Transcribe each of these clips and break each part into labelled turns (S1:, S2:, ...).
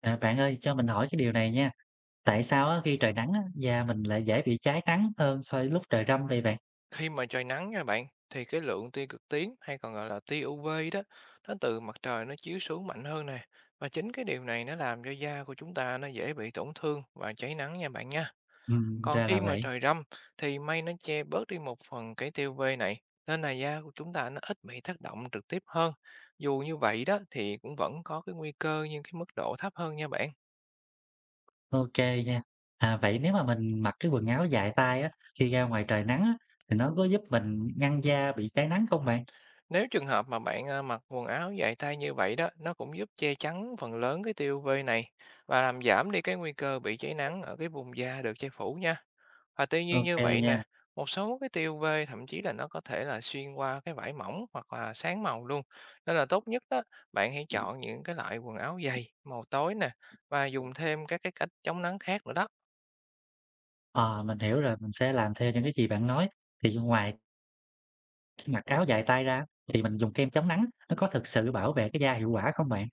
S1: À, bạn ơi, cho mình hỏi cái điều này nha. Tại sao á, khi trời nắng á, da mình lại dễ bị cháy nắng hơn so với lúc trời râm vậy bạn?
S2: Khi mà trời nắng nha bạn, thì cái lượng tia cực tím hay còn gọi là tia UV đó nó từ mặt trời nó chiếu xuống mạnh hơn nè, và chính cái điều này nó làm cho da của chúng ta nó dễ bị tổn thương và cháy nắng nha bạn nha. Còn
S1: Ra là
S2: khi mà
S1: vậy.
S2: trời râm thì mây nó che bớt đi một phần cái tia UV này, nên là da của chúng ta nó ít bị tác động trực tiếp hơn. Dù như vậy đó thì cũng vẫn có cái nguy cơ, nhưng cái mức độ thấp hơn nha bạn.
S1: Ok nha. À, vậy nếu mà mình mặc cái quần áo dài tay á, khi ra ngoài trời nắng á, thì nó có giúp mình ngăn da bị cháy nắng không bạn?
S2: Nếu trường hợp mà bạn à, mặc quần áo dài tay như vậy đó, nó cũng giúp che chắn phần lớn cái tia UV này và làm giảm đi cái nguy cơ bị cháy nắng ở cái vùng da được che phủ nha. Và tuy nhiên
S1: Ok
S2: như vậy nè,
S1: nha.
S2: một số cái tia UV thậm chí là nó có thể là xuyên qua cái vải mỏng hoặc là sáng màu luôn. Nên là tốt nhất đó, bạn hãy chọn những cái loại quần áo dày, màu tối nè, và dùng thêm các cái cách chống nắng khác nữa đó.
S1: Ờ, mình hiểu rồi, mình sẽ làm theo những cái gì bạn nói. Thì ngoài mặc áo dài tay ra, thì mình dùng kem chống nắng, nó có thực sự bảo vệ cái da hiệu quả không bạn?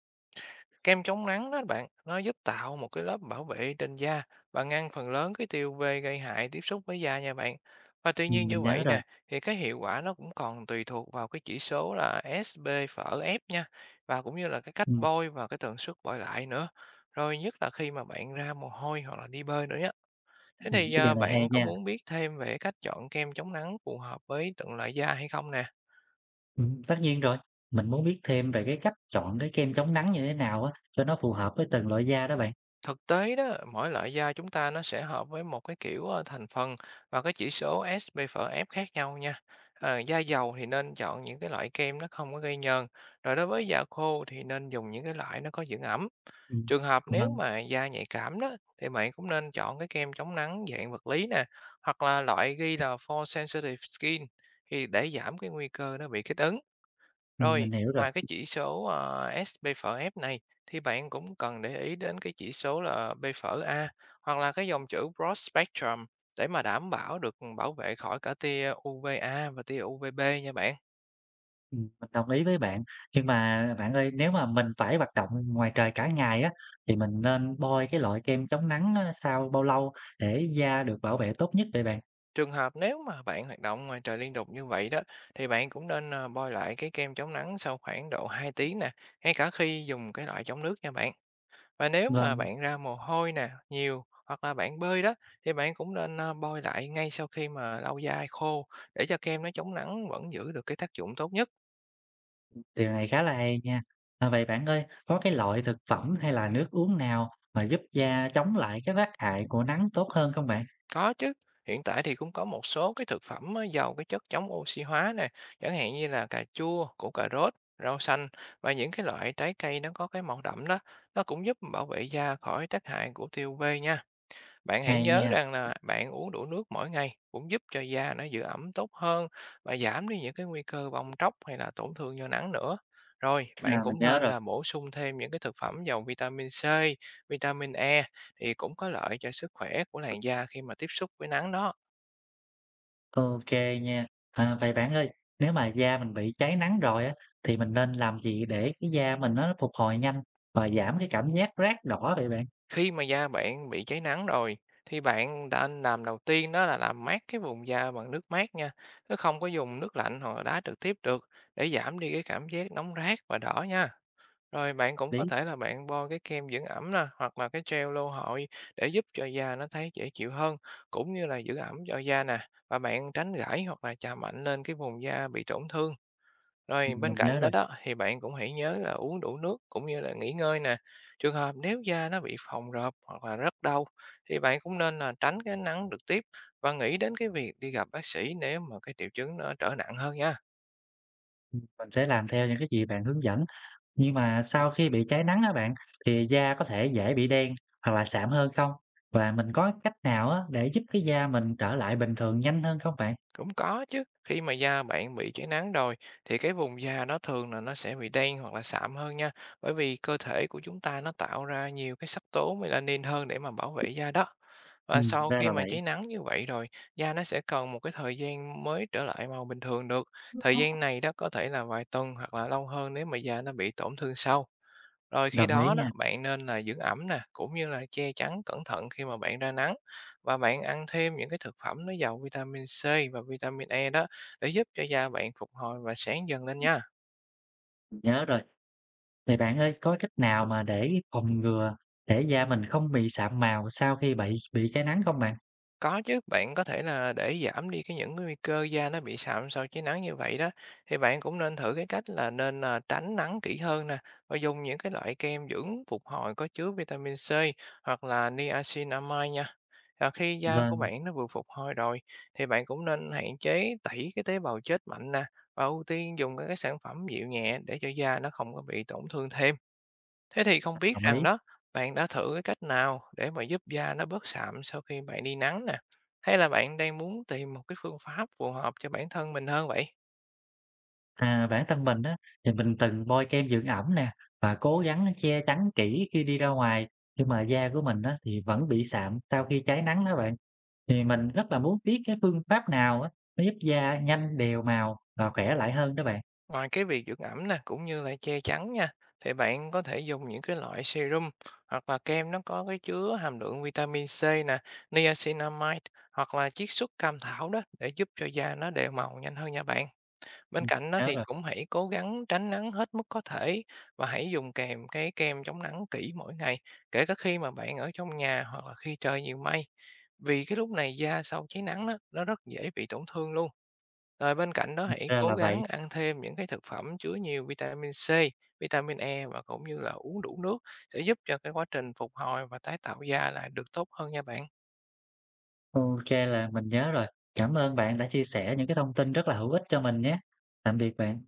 S2: Kem chống nắng đó bạn, nó giúp tạo một cái lớp bảo vệ trên da và ngăn phần lớn cái tia UV gây hại tiếp xúc với da nha bạn. Và tuy nhiên
S1: Mình
S2: như
S1: nhớ
S2: vậy
S1: rồi.
S2: nè, thì cái hiệu quả nó cũng còn tùy thuộc vào cái chỉ số là SB phở F nha, và cũng như là cái cách
S1: Ừm,
S2: bôi và cái tần suất bôi lại nữa. Rồi nhất là khi mà bạn ra mồ hôi hoặc là đi bơi nữa nhé. Thế
S1: ừm,
S2: thì
S1: cái điều này hay
S2: bạn có
S1: nha.
S2: muốn biết thêm về cách chọn kem chống nắng phù hợp với từng loại da hay không nè?
S1: Tất nhiên rồi. Mình muốn biết thêm về cái cách chọn cái kem chống nắng như thế nào á, cho nó phù hợp với từng loại da đó bạn.
S2: Thực tế đó, mỗi loại da chúng ta nó sẽ hợp với một cái kiểu thành phần và cái chỉ số SPF khác nhau nha. Da dầu thì nên chọn những cái loại kem nó không có gây nhờn. Rồi đối với da khô thì nên dùng những cái loại nó có dưỡng ẩm.
S1: Ừm,
S2: Trường hợp nếu
S1: vâng,
S2: mà da nhạy cảm đó thì bạn cũng nên chọn cái kem chống nắng dạng vật lý nè, hoặc là loại ghi là for sensitive skin, thì để giảm cái nguy cơ nó bị kích ứng. Rồi,
S1: mình hiểu rồi,
S2: ngoài cái chỉ số, SPFF này thì bạn cũng cần để ý đến cái chỉ số là PFA hoặc là cái dòng chữ broad spectrum để mà đảm bảo được bảo vệ khỏi cả tia UVA và tia UVB nha bạn.
S1: mình đồng ý với bạn. Nhưng mà bạn ơi, nếu mà mình phải hoạt động ngoài trời cả ngày á, thì mình nên bôi cái loại kem chống nắng á sau bao lâu để da được bảo vệ tốt nhất vậy bạn?
S2: Trường hợp nếu mà bạn hoạt động ngoài trời liên tục như vậy đó, thì bạn cũng nên, bôi lại cái kem chống nắng sau khoảng độ 2 tiếng nè, ngay cả khi dùng cái loại chống nước nha bạn. Và nếu mà
S1: Vâng,
S2: bạn ra mồ hôi nè, nhiều hoặc là bạn bơi đó, thì bạn cũng nên, bôi lại ngay sau khi mà lau da khô, để cho kem nó chống nắng vẫn giữ được cái tác dụng tốt nhất.
S1: điều này khá là hay nha. À, vậy bạn ơi, có cái loại thực phẩm hay là nước uống nào mà giúp da chống lại cái tác hại của nắng tốt hơn không bạn?
S2: Có chứ, hiện tại thì cũng có một số cái thực phẩm á giàu cái chất chống oxy hóa nè, chẳng hạn như là cà chua, củ cà rốt, rau xanh và những cái loại trái cây nó có cái màu đậm đó, nó cũng giúp bảo vệ da khỏi tác hại của tia UV nha. Bạn hãy
S1: Hay
S2: nhớ
S1: nha,
S2: rằng là bạn uống đủ nước mỗi ngày cũng giúp cho da nó giữ ẩm tốt hơn và giảm đi những cái nguy cơ bong tróc hay là tổn thương do nắng nữa. Rồi, bạn
S1: à, mình
S2: cũng
S1: nhớ
S2: nên
S1: rồi.
S2: là bổ sung thêm những cái thực phẩm giàu vitamin C, vitamin E thì cũng có lợi cho sức khỏe của làn da khi mà tiếp xúc với nắng đó.
S1: OK nha. À, vậy bạn ơi, nếu mà da mình bị cháy nắng rồi á, thì mình nên làm gì để cái da mình nó phục hồi nhanh và giảm cái cảm giác rát đỏ vậy bạn?
S2: Khi mà da bạn bị cháy nắng rồi thì bạn nên làm đầu tiên đó là làm mát cái vùng da bằng nước mát nha. Chứ không có dùng nước lạnh hoặc là đá trực tiếp được, để giảm đi cái cảm giác nóng rát và đỏ nha. Rồi bạn
S1: Hợp
S2: cũng có
S1: lý.
S2: thể là bạn bôi cái kem dưỡng ẩm nè, hoặc là cái gel lô hội để giúp cho da nó thấy dễ chịu hơn, cũng như là giữ ẩm cho da nè. Và bạn tránh gãi hoặc là chà mạnh lên cái vùng da bị tổn thương. Rồi bên
S1: Mình nhớ
S2: cạnh đó
S1: rồi,
S2: đó thì bạn cũng hãy nhớ là uống đủ nước cũng như là nghỉ ngơi nè. Trường hợp nếu da nó bị phồng rộp hoặc là rất đau, thì bạn cũng nên là tránh cái nắng trực tiếp và nghĩ đến cái việc đi gặp bác sĩ nếu mà cái triệu chứng nó trở nặng hơn nha.
S1: mình sẽ làm theo những cái gì bạn hướng dẫn. Nhưng mà sau khi bị cháy nắng á bạn, thì da có thể dễ bị đen hoặc là sạm hơn không? Và mình có cách nào á để giúp cái da mình trở lại bình thường nhanh hơn không bạn?
S2: Cũng có chứ, khi mà da bạn bị cháy nắng rồi thì cái vùng da đó thường là nó sẽ bị đen hoặc là sạm hơn nha, bởi vì cơ thể của chúng ta nó tạo ra nhiều cái sắc tố melanin hơn để mà bảo vệ da đó. Và sau
S1: Ra
S2: khi
S1: là
S2: mà
S1: vậy.
S2: cháy nắng như vậy rồi, da nó sẽ cần một cái thời gian mới trở lại màu bình thường được. Thời gian này đó có thể là vài tuần hoặc là lâu hơn nếu mà da nó bị tổn thương sâu. Rồi khi
S1: Đồng ý
S2: đó đó,
S1: nha,
S2: bạn nên là dưỡng ẩm nè, cũng như là che chắn cẩn thận khi mà bạn ra nắng, và bạn ăn thêm những cái thực phẩm nó giàu vitamin C và vitamin E đó, để giúp cho da bạn phục hồi và sáng dần lên nha.
S1: mình nhớ rồi. Vậy bạn ơi, có cách nào mà để phòng ngừa để da mình không bị sạm màu sau khi bị cái nắng không bạn?
S2: Có chứ, bạn có thể là để giảm đi cái những cái nguy cơ da nó bị sạm sau chế nắng như vậy đó, thì bạn cũng nên thử cái cách là nên là tránh nắng kỹ hơn nè, và dùng những cái loại kem dưỡng phục hồi có chứa vitamin C hoặc là niacinamide nha. Và khi da của
S1: Vâng,
S2: bạn nó vừa phục hồi rồi thì bạn cũng nên hạn chế tẩy cái tế bào chết mạnh nè, và ưu tiên dùng các cái sản phẩm dịu nhẹ để cho da nó không có bị tổn thương thêm. Thế thì không biết
S1: đồng
S2: rằng
S1: ý.
S2: đó, bạn đã thử cái cách nào để mà giúp da nó bớt sạm sau khi bạn đi nắng nè? Hay là bạn đang muốn tìm một cái phương pháp phù hợp cho bản thân mình hơn vậy?
S1: À, bản thân mình á, thì mình từng bôi kem dưỡng ẩm nè và cố gắng che chắn kỹ khi đi ra ngoài nhưng mà da của mình á, thì vẫn bị sạm sau khi cháy nắng đó bạn. Thì mình rất là muốn biết cái phương pháp nào á, nó giúp da nhanh đều màu và khỏe lại hơn đó bạn.
S2: Ngoài cái việc dưỡng ẩm nè, cũng như là che chắn nha, thì bạn có thể dùng những cái loại serum hoặc là kem nó có cái chứa hàm lượng vitamin C nè, niacinamide hoặc là chiết xuất cam thảo đó, để giúp cho da nó đều màu nhanh hơn nha bạn. Bên
S1: Ừ,
S2: cạnh đó
S1: nhớ
S2: thì
S1: rồi,
S2: cũng hãy cố gắng tránh nắng hết mức có thể, và hãy dùng kèm cái kem chống nắng kỹ mỗi ngày, kể cả khi mà bạn ở trong nhà hoặc là khi trời nhiều mây. Vì cái lúc này da sau cháy nắng đó, nó rất dễ bị tổn thương luôn. Rồi bên cạnh đó hãy
S1: ra
S2: cố
S1: là vậy.
S2: gắng ăn thêm những cái thực phẩm chứa nhiều vitamin C, vitamin E và cũng như là uống đủ nước, sẽ giúp cho cái quá trình phục hồi và tái tạo da lại được tốt hơn nha bạn.
S1: Ok là mình nhớ rồi. Cảm ơn bạn đã chia sẻ những cái thông tin rất là hữu ích cho mình nhé. Tạm biệt bạn.